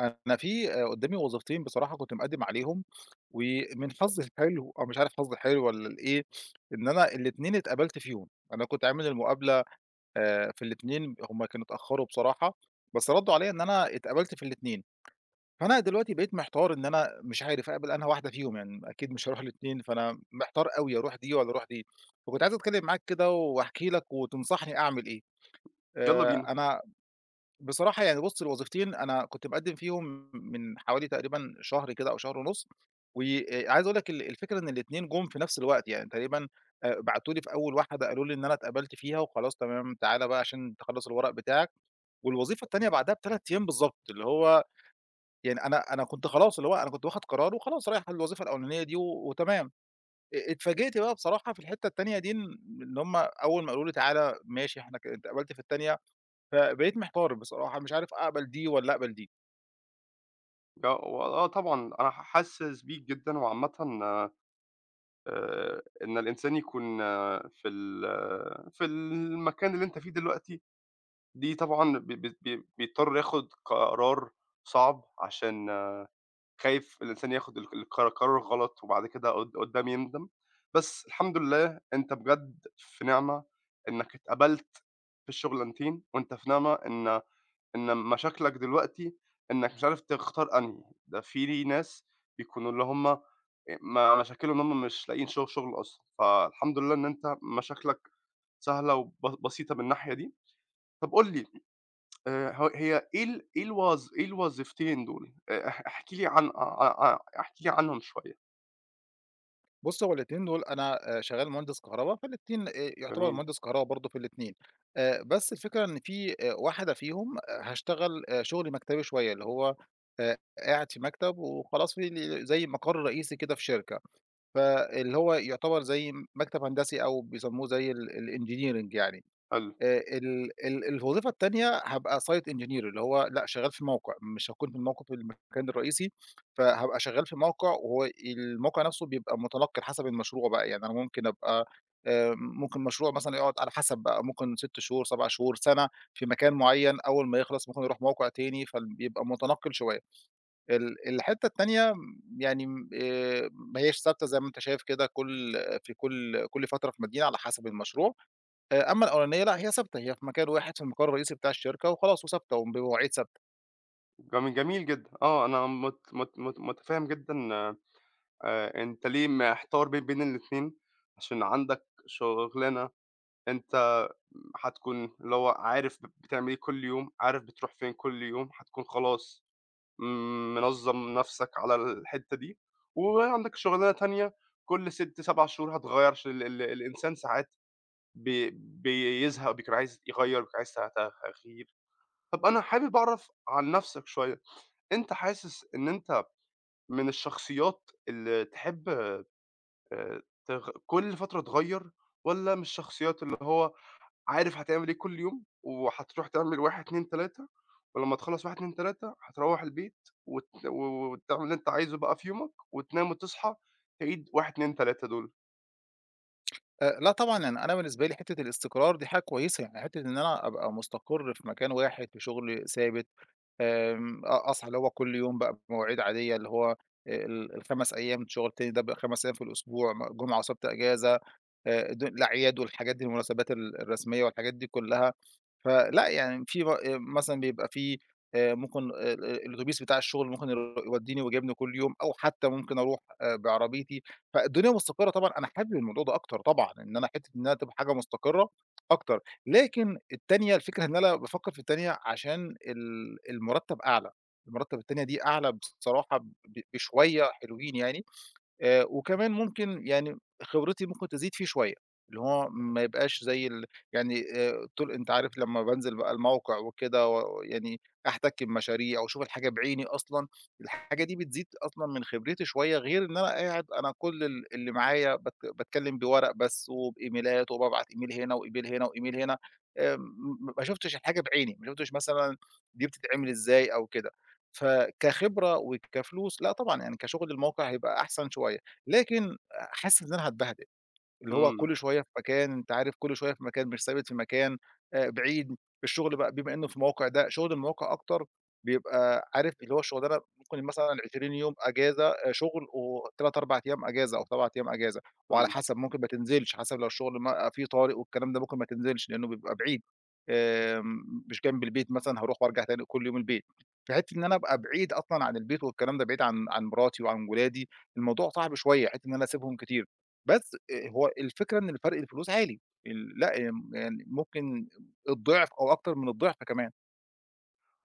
أنا في قدّامي وظيفتين بصراحة كنت مقدّم عليهم، ومن حظي الحلو أو مش عارف حظي حلو والّا الإيه، إن أنا الاتنين اتقبلت فيهم، أنا كنت عامل المقابلة في الاتنين، هم كانوا اتأخروا بصراحة، بس ردّوا عليَّ إن أنا اتقبلت في الاتنين، فأنا دلوقتي بقيت محتار إن أنا مش عارف أقبل أنهي واحدة فيهم، يعني أكيد مش هاروح الاتنين، فأنا محتار أوي أروح دي والّا أروح دي، فكنت عايز أتكلم معاك كده واحكي لك وتنصحني أعمل إيه. يالّا بينا. أنا بصراحة يعني بُص الوظيفتين أنا كنت مقدّم فيهم من حوالي تقريبًا شهر كده أو شهر ونُص، وآآ عايز أقول لك الفكرة إن الاتنين جُم في نفس الوقت، يعني تقريبًا بعتوا لي في أول واحدة قالوا لي إن أنا اتقبلت فيها وخلاص، تمام تعالَ بقى عشان تخلّص الورق بتاعك، والوظيفة التانية بعدها ب3 أيام بالضبط، اللي هو يعني أنا كنت خلاص، اللي هو أنا كنت واخد قرار وخلاص رايح للوظيفة الأولانية دي و وتمام. اتفاجئت بقى بصراحة في الحتّة التانية دي إن هُم أول ما قالوا لي تعالَ ماشي إحنا أنت اتقبلت في التانية، فبقيت محتار بصراحة، مش عارف أقبل دي والّا أقبل دي. وآه طبعًا أنا حاسس بيك جدًا، وعامةً إن الإنسان يكون في المكان اللي أنت فيه دلوقتي، دي طبعًا ب ب ب بيضطر ياخُد قرار صعب عشان خايف الإنسان ياخُد الق القرا قرار غلط وبعد كده قدّام يندم، بس الحمد لله أنت بجد في نعمة إنّك اتقبلت في الشُغلانتين، وأنت في نعمة إن مشاكلك دلوقتي إنك مش عارف تختار أنهي، ده في لي ناس بيكونوا اللي هم ما مشاكلهم إن هم مش لاقيين شغل أصلًا، فالحمد لله إن أنت مشاكلك سهلة وب بسيطة من الناحية دي. طب قُل لي ه هي إيه الوظيفتين دول؟ اح احكِ لي عن ع ع احكِ لي عنهم شوية. بُص، هو الاتنين دول أنا شغّال مهندس كهربا، فالاتنين يُعتبر جميل، مهندس كهربا برضه في الاتنين. بس الفكرة إن في واحدة فيهم هاشتغل شُغل مكتبي شوية، اللي هو آآ قاعد في مكتب وخلاص، في ل زي مقر رئيسي كده في شركة، فاللي هو يُعتبر زي مكتب هندسي أو بيسموه زي ال الengineering يعني. حلو، ال ال الوظيفة التانية هابقى site engineer، اللي هو لأ، شغال في موقع، مش هاكون في الموقع في المكان الرئيسي، فهابقى شغال في موقع، وهو الموقع نفسه بيبقى متنقل حسب المشروع بقى، يعني أنا ممكن أبقى ممكن مشروع مثلًا يقعد على حسب بقى ممكن 6 شهور، 7 شهور، سنة في مكان معين، أول ما يخلص ممكن يروح موقع تاني، فبيبقى متنقل شوية. الحتة التانية يعني ما هياش ثابتة زي ما أنت شايف كده، في كل فترة في مدينة على حسب المشروع. أمّا الأولانية لأ، هي ثابتة، هي في مكان واحد في المقر الرئيسي بتاع الشركة وخلاص، وثابتة وبمواعيد ثابتة. جميل جدًا. آه، أنا مت مت مت متفهم جدًا. أنت ليه محتار ما بين الاتنين. عشان عندك شغلانة أنت هتكون اللي هو عارف بتعمل إيه كل يوم، عارف بتروح فين كل يوم، هتكون خلاص م منظّم نَفْسك على الحتّة دي، وعندك شغلانة تانية كل 6، 7 شهور هتغيّر عشان ال ال الإنسان ساعات بيزهق، بيكون عايز يغيّر، بيكون عايز تغيير. طَب أنا حابب أعرف عن نَفْسك شوية. أنت حاسس إن أنت من الشخصيات اللي تحب تغ كل فترة تغيّر والّا من الشخصيات اللي هو عارف هتعمل إيه كل يوم، وهتروح تعمل 1، 2، 3 ولمّا تخلّص 1، 2، 3 هتروّح البيت وت و وتعمل اللي أنت عايزه بقى في يومك وتنام وتصحى تعيد 1، 2، 3 دول. لأ طبعًا، يعني أنا بالنسبة لي حتّة الاستقرار دي حاجة كويسة، يعني حتّة إن أنا أبقى مستقر في مكان واحد، في شغل ثابت، أصحى اللي هو كل يوم بقى بمواعيد عادية، اللي هو ال ال5 أيام شغل تاني ده بقى 5 أيام في الأسبوع، جمعة وسبت إجازة، د الأعياد والحاجات دي، المناسبات الرسمية والحاجات دي كلها. فلأ يعني في ب مثلًا بيبقى في ممكن الأوتوبيس بتاع الشغل ممكن يوديني ويجيبني كل يوم، أو حتى ممكن أروح بعربيتي، فالدنيا مستقرة طبعًا، أنا حابب الموضوع ده أكتر طبعًا، إن أنا حتّة إنها تبقى حاجة مستقرة أكتر. لكن التانية الفكرة إن أنا بافكّر في التانية عشان المُرتّب أعلى، المُرتّب التانية دي أعلى بصراحة بشوية حلوين يعني. وكمان ممكن يعني خبرتي ممكن تزيد فيه شوية، اللي هو ما يبقاش زي ال يعني، طول أنت عارف لمّا بانزل بقى الموقع وكده و يعني أحتك بمشاريع وأشوف الحاجة بعيني أصلًا، الحاجة دي بتزيد أصلًا من خبرتي شوية، غير إن أنا قاعد أنا كل ال اللي معايا باتكلم بورق بس وبإيميلات، وبابعت إيميل هنا وإيميل هنا وإيميل هنا، م ما شُفتش الحاجة بعيني، ما شُفتش مثلًا دي بتتعمل إزاي أو كده. فكخبرة وكفلوس لأ طبعًا، يعني كشغل الموقع هيبقى أحسن شوية، لكن حاسس إن أنا هاتبهدل. اللي هو إمم، كل شوية في مكان، أنت عارف كل شوية في مكان، مش ثابت في مكان، بعيد. الشغل بقى بما إنه في موقع، ده شغل المواقع أكتر، بيبقى عارف اللي هو الشغلانة ممكن مثلًا 20 يوم أجازة شغل و3، 4 أيام أجازة أو 7 أيام أجازة، وعلى إمم. حسب ممكن ما تنزلش، حسب لو الشغل ما فيه طارئ والكلام ده ممكن ما تنزلش لأنه بيبقى بعيد، مش جنب البيت مثلًا هاروح وارجع تاني كل يوم البيت، فحتّة إن أنا أبقى بعيد أصلًا عن البيت والكلام ده، بعيد عن مراتي وعن ولادي، الموضوع صعب شوية، حتّة إن أنا أسيبهم كتير. بس هو الفكرة إن الفرق الفلوس عالي، لأ، يعني ممكن الضعف أو أكتر من الضعف كمان.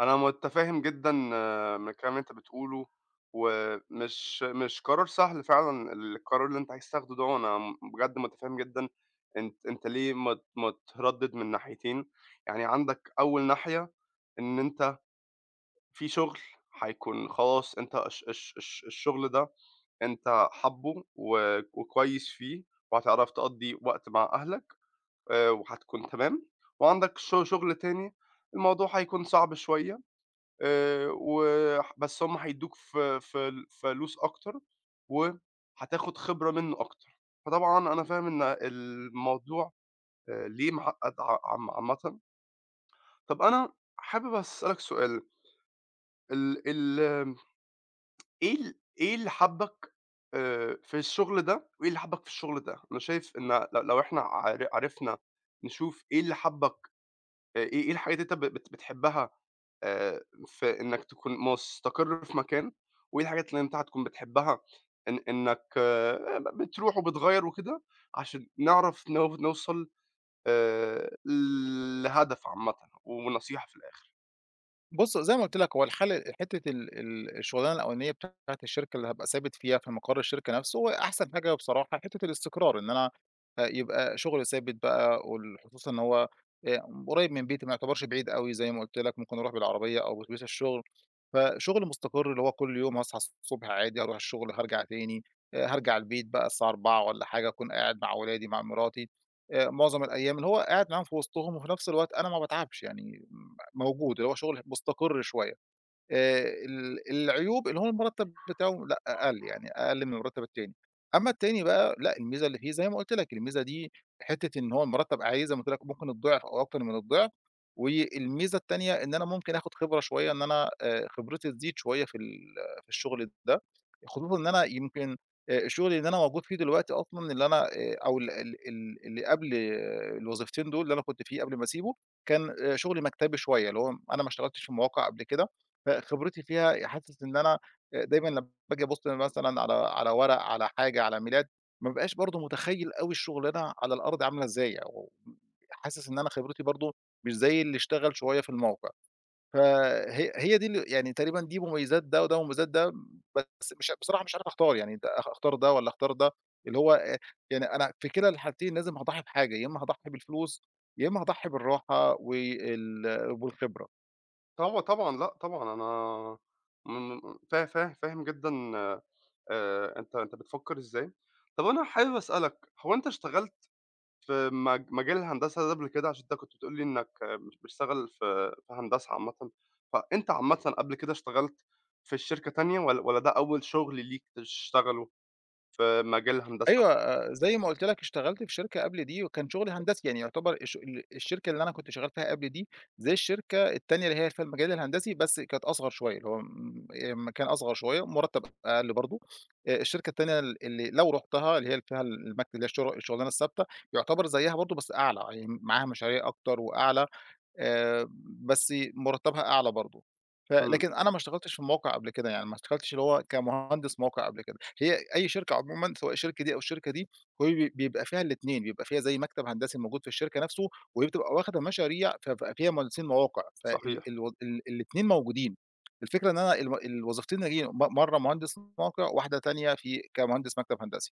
أنا متفهم جدًا، من الكلام اللي أنت بتقوله، ومش مش قرار سهل فعلًا القرار اللي أنت عايز تاخده ده، وأنا بجد متفهم جدًا. أنت ليه متردد من ناحيتين. يعني عندك أول ناحية إن أنت في شغل هيكون خلاص أنت الشغل ده أنت حابّه و وكويس فيه وهتعرف تقضّي وقت مع أهلك وهتكون تمام، وعندك شغل تاني، الموضوع هيكون صعب شوية، وح بس هم هيدّوك ف فل فلوس أكتر وهتاخُد خبرة منّه أكتر. فطبعًا أنا فاهم إن الموضوع ليه معقّد ع عام عامةً. طَب أنا حابب أسألك سؤال. ال ال إيه ال إيه اللي حبّك في الشغل ده، وإيه اللي حبّك في الشغل ده؟ أنا شايف إن لو إحنا عرفنا نشوف إيه اللي حبّك، إيه إيه الحاجات اللي أنت ب بت بتحبّها في إنّك تكون مستقر في مكان، وإيه الحاجات اللي أنت هتكون بتحبّها إنّك بتروح وبتغيّر وكده، عشان نعرف نوصل آآ لهدف عامةً ونصيحة في الآخر. بُص، زي ما قُلت لك هو الحل حتّة ال ال الشغلانة الأولانية بتاعة الشركة اللي هابقى ثابت فيها في مقر الشركة نَفْسه، هو أحسن حاجة بصراحة حتّة الاستقرار، إن أنا يبقى شغل ثابت بقى، خصوصًا إن هو قريّب من بيتي، ما يعتبرش بعيد أوي زي ما قُلت لك، ممكن أروح بالعربية أو بأتوبيس الشغل، فشغل مستقر اللي هو كل يوم هاصحى الصبح عادي، هاروح الشغل هارجع تاني، هارجع البيت بقى الساعة 16:00 والّا حاجة، أكون قاعد مع ولادي، مع مراتي معظم الأيام، إن هو قاعد معاهم في وسطهم وفي نفس الوقت أنا ما باتعبش، يعني م موجود، اللي هو شغل مستقر شوية. ال العيوب اللي هو المرتب بتاعه لأ أقل، يعني أقل من المرتب التاني. أمّا التاني بقى لأ، الميزة اللي فيه زي ما قُلت لك، الميزة دي حتّة إن هو المرتب عليه زي ما قُلت لك ممكن الضِعف أو أكتر من الضِعف، والميزة التانية إن أنا ممكن آخُد خبرة شوية، إن أنا خبرتي تزيد شوية في الشغل ده، خصوصًا إن أنا يمكن الشغل اللي أنا موجود فيه دلوقتي أصلًا اللي أنا أو ال ال ال اللي قبل الوظيفتين دول اللي أنا كنت فيه قبل ما أسيبه، كان شغل مكتبي شوية، اللي هو أنا ما اشتغلتش في مواقع قبل كده. فخبرتي فيها حاسس إن أنا دايمًا لمّا باجي أبُص مثلًا على ورق، على حاجة، على ميلاد، ما بابقاش برضه متخيّل أوي الشغلانة على الأرض عاملة إزاي، أو حاسس إن أنا خبرتي برضه مش زي اللي اشتغل شوية في الموقع. فهي دي يعني تقريبًا دي مميزات ده وده ومميزات ده، بس مش بصراحة مش عارف أختار، يعني ده أختار ده والّا أختار ده، اللي هو يعني أنا في كلا الحالتين لازم هاضحي بحاجة، يا إمّا هاضحي بالفلوس، يا إمّا هاضحي بالراحة والخبرة. هو طبعًا لأ، طبعًا أنا م م فا فا فاهم جدًا. أنت بتفكّر إزاي؟ طَب أنا حابب أسألك، هو أنت اشتغلت في مجال الهندسة ده قبل كده؟ عشان أنت كنت بتقول لي إنّك مش بتشتغل في هندسة عامةً، فأنت عامةً قبل كده اشتغلت في شركة تانية والّا ده أول شغل ليك تشتغله في مجال الهندسة؟ أيوه، زي ما قُلت لك اشتغلت في شركة قبل دي وكان شغلي هندسي، يعني يعتبر الشركة اللي أنا كنت شغال فيها قبل دي زي الشركة التانية اللي هي في المجال الهندسي، بس كانت أصغر شوية، اللي هو م مكان أصغر شوية، مرتب أقل برضه. الشركة التانية اللي لو رُحتها، اللي هي اللي فيها اللي هي الشغلانة الثابتة، يعتبر زيها برضه بس أعلى، يعني معاها مشاريع أكتر وأعلى. آآ بس مرتبها أعلى برضه. إمم، لكن أنا ما اشتغلتش في موقع قبل كده، يعني ما اشتغلتش اللي هو كمهندس موقع قبل كده. هي أي شركة عمومًا سواء الشركة دي أو الشركة دي، هو بيبقى فيها الاتنين، بيبقى فيها زي مكتب هندسي موجود في الشركة نفسه، وهي بتبقى واخدة مشاريع فبقى فيها مهندسين مواقع، فال صحيح. الو ال الاتنين موجودين. الفكرة إن أنا الوظيفتين ناجحين، مرّة مهندس موقع، واحدة تانية في كمهندس مكتب هندسي.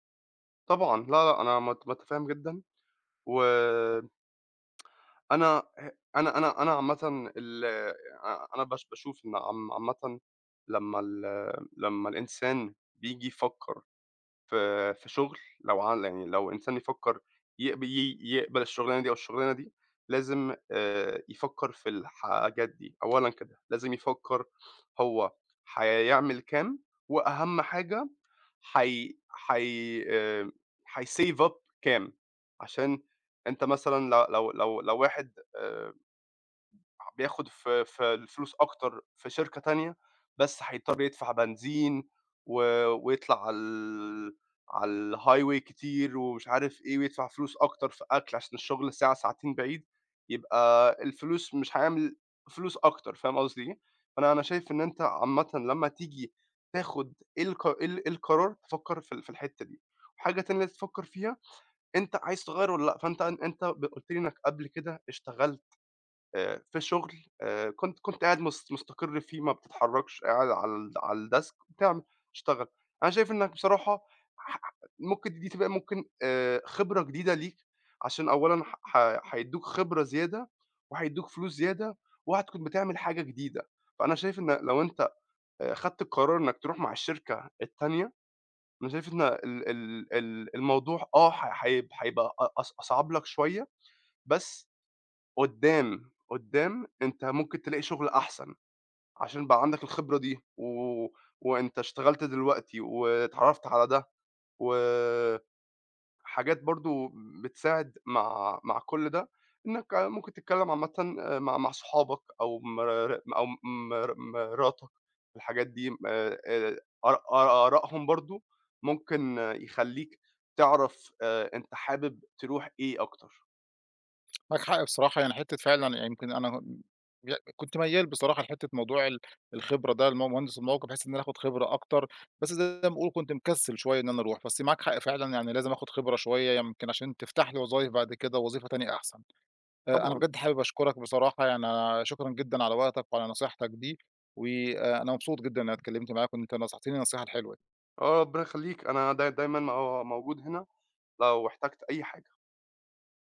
طبعًا، لا، لأ، أنا متفهّم جدًا. وأنا ه أنا أنا أنا عامةً ال أ أنا باشوف إن عامةً لمّا ال لمّا الإنسان بييجي يفكّر في شغل، لو عن يعني لو إنسان يفكّر يقبل الشغلانة دي أو الشغلانة دي، لازم يفكّر في الحاجات دي. أولًا كده لازم يفكّر هو هيعمل كام، وأهم حاجة حي حي هيsave up كام، عشان أنت مثلًا لو واحد بياخد في الفلوس أكتر في شركة تانية، بس هيضطر يدفع بنزين و ويطلع على الhighway كتير ومش عارف إيه، ويدفع فلوس أكتر في أكل عشان الشغل ساعة ساعتين بعيد، يبقى الفلوس مش هيعمل فلوس أكتر. فاهم قصدي إيه؟ فأنا شايف إن أنت عامةً لمّا تيجي تاخد إيه القرار، تفكّر في الحتّة دي. وحاجة تانية لازم تفكّر فيها، أنت عايز تغيّر والّا لأ؟ فأنت أن أنت ب قُلت لي إنّك قبل كده اشتغلت في شغل، كنت قاعد مستقر فيه ما بتتحرّكش، قاعد على الdesk بتعمل، بتشتغل. أنا شايف إنّك بصراحة ح ممكن دي تبقى ممكن خبرة جديدة ليك، عشان أولًا هيدّوك خبرة زيادة وهيدّوك فلوس زيادة وهتكون بتعمل حاجة جديدة. فأنا شايف إن لو أنت خدت القرار إنّك تروح مع الشركة التانية، أنا شايف إن ال ال ال الموضوع آه ح هيب هيبقى أ أص أصعب لك شوية، بس قدّام أنت ممكن تلاقي شغل أحسن، عشان بقى عندك الخبرة دي، و وأنت اشتغلت دلوقتي واتعرّفت على ده، وحاجات برضه بتساعد مع كل ده، إنك ممكن تتكلّم عامةً مع صحابك أو مراتك. الحاجات دي م آر آرائهم برضه ممكن يخلّيك تعرف، أنت حابب تروح إيه أكتر. معاك حق بصراحة، يعني حتّة فعلًا يعني يمكن أنا كنت ميّال بصراحة لحتّة موضوع الخبرة ده لم مهندس الموقع، بحيث إن أنا آخُد خبرة أكتر، بس زي ما باقول كنت مكسّل شوية إن أنا أروح، بس معاك حق فعلًا يعني لازم آخُد خبرة شوية يمكن عشان تفتح لي وظايف بعد كده ووظيفة تانية أحسن. أنا طبعًا. بجد حابب أشكرك بصراحة، يعني أنا شكرًا جدًا على وقتك وعلى نصيحتك دي، وأنا مبسوط جدًا إن أنا اتكلّمت معاك وإن أنت نصحتني النصيحة الحلوة. آه، ربنا يخلّيك. أنا دايمًا موجود هنا لو احتجت أي حاجة.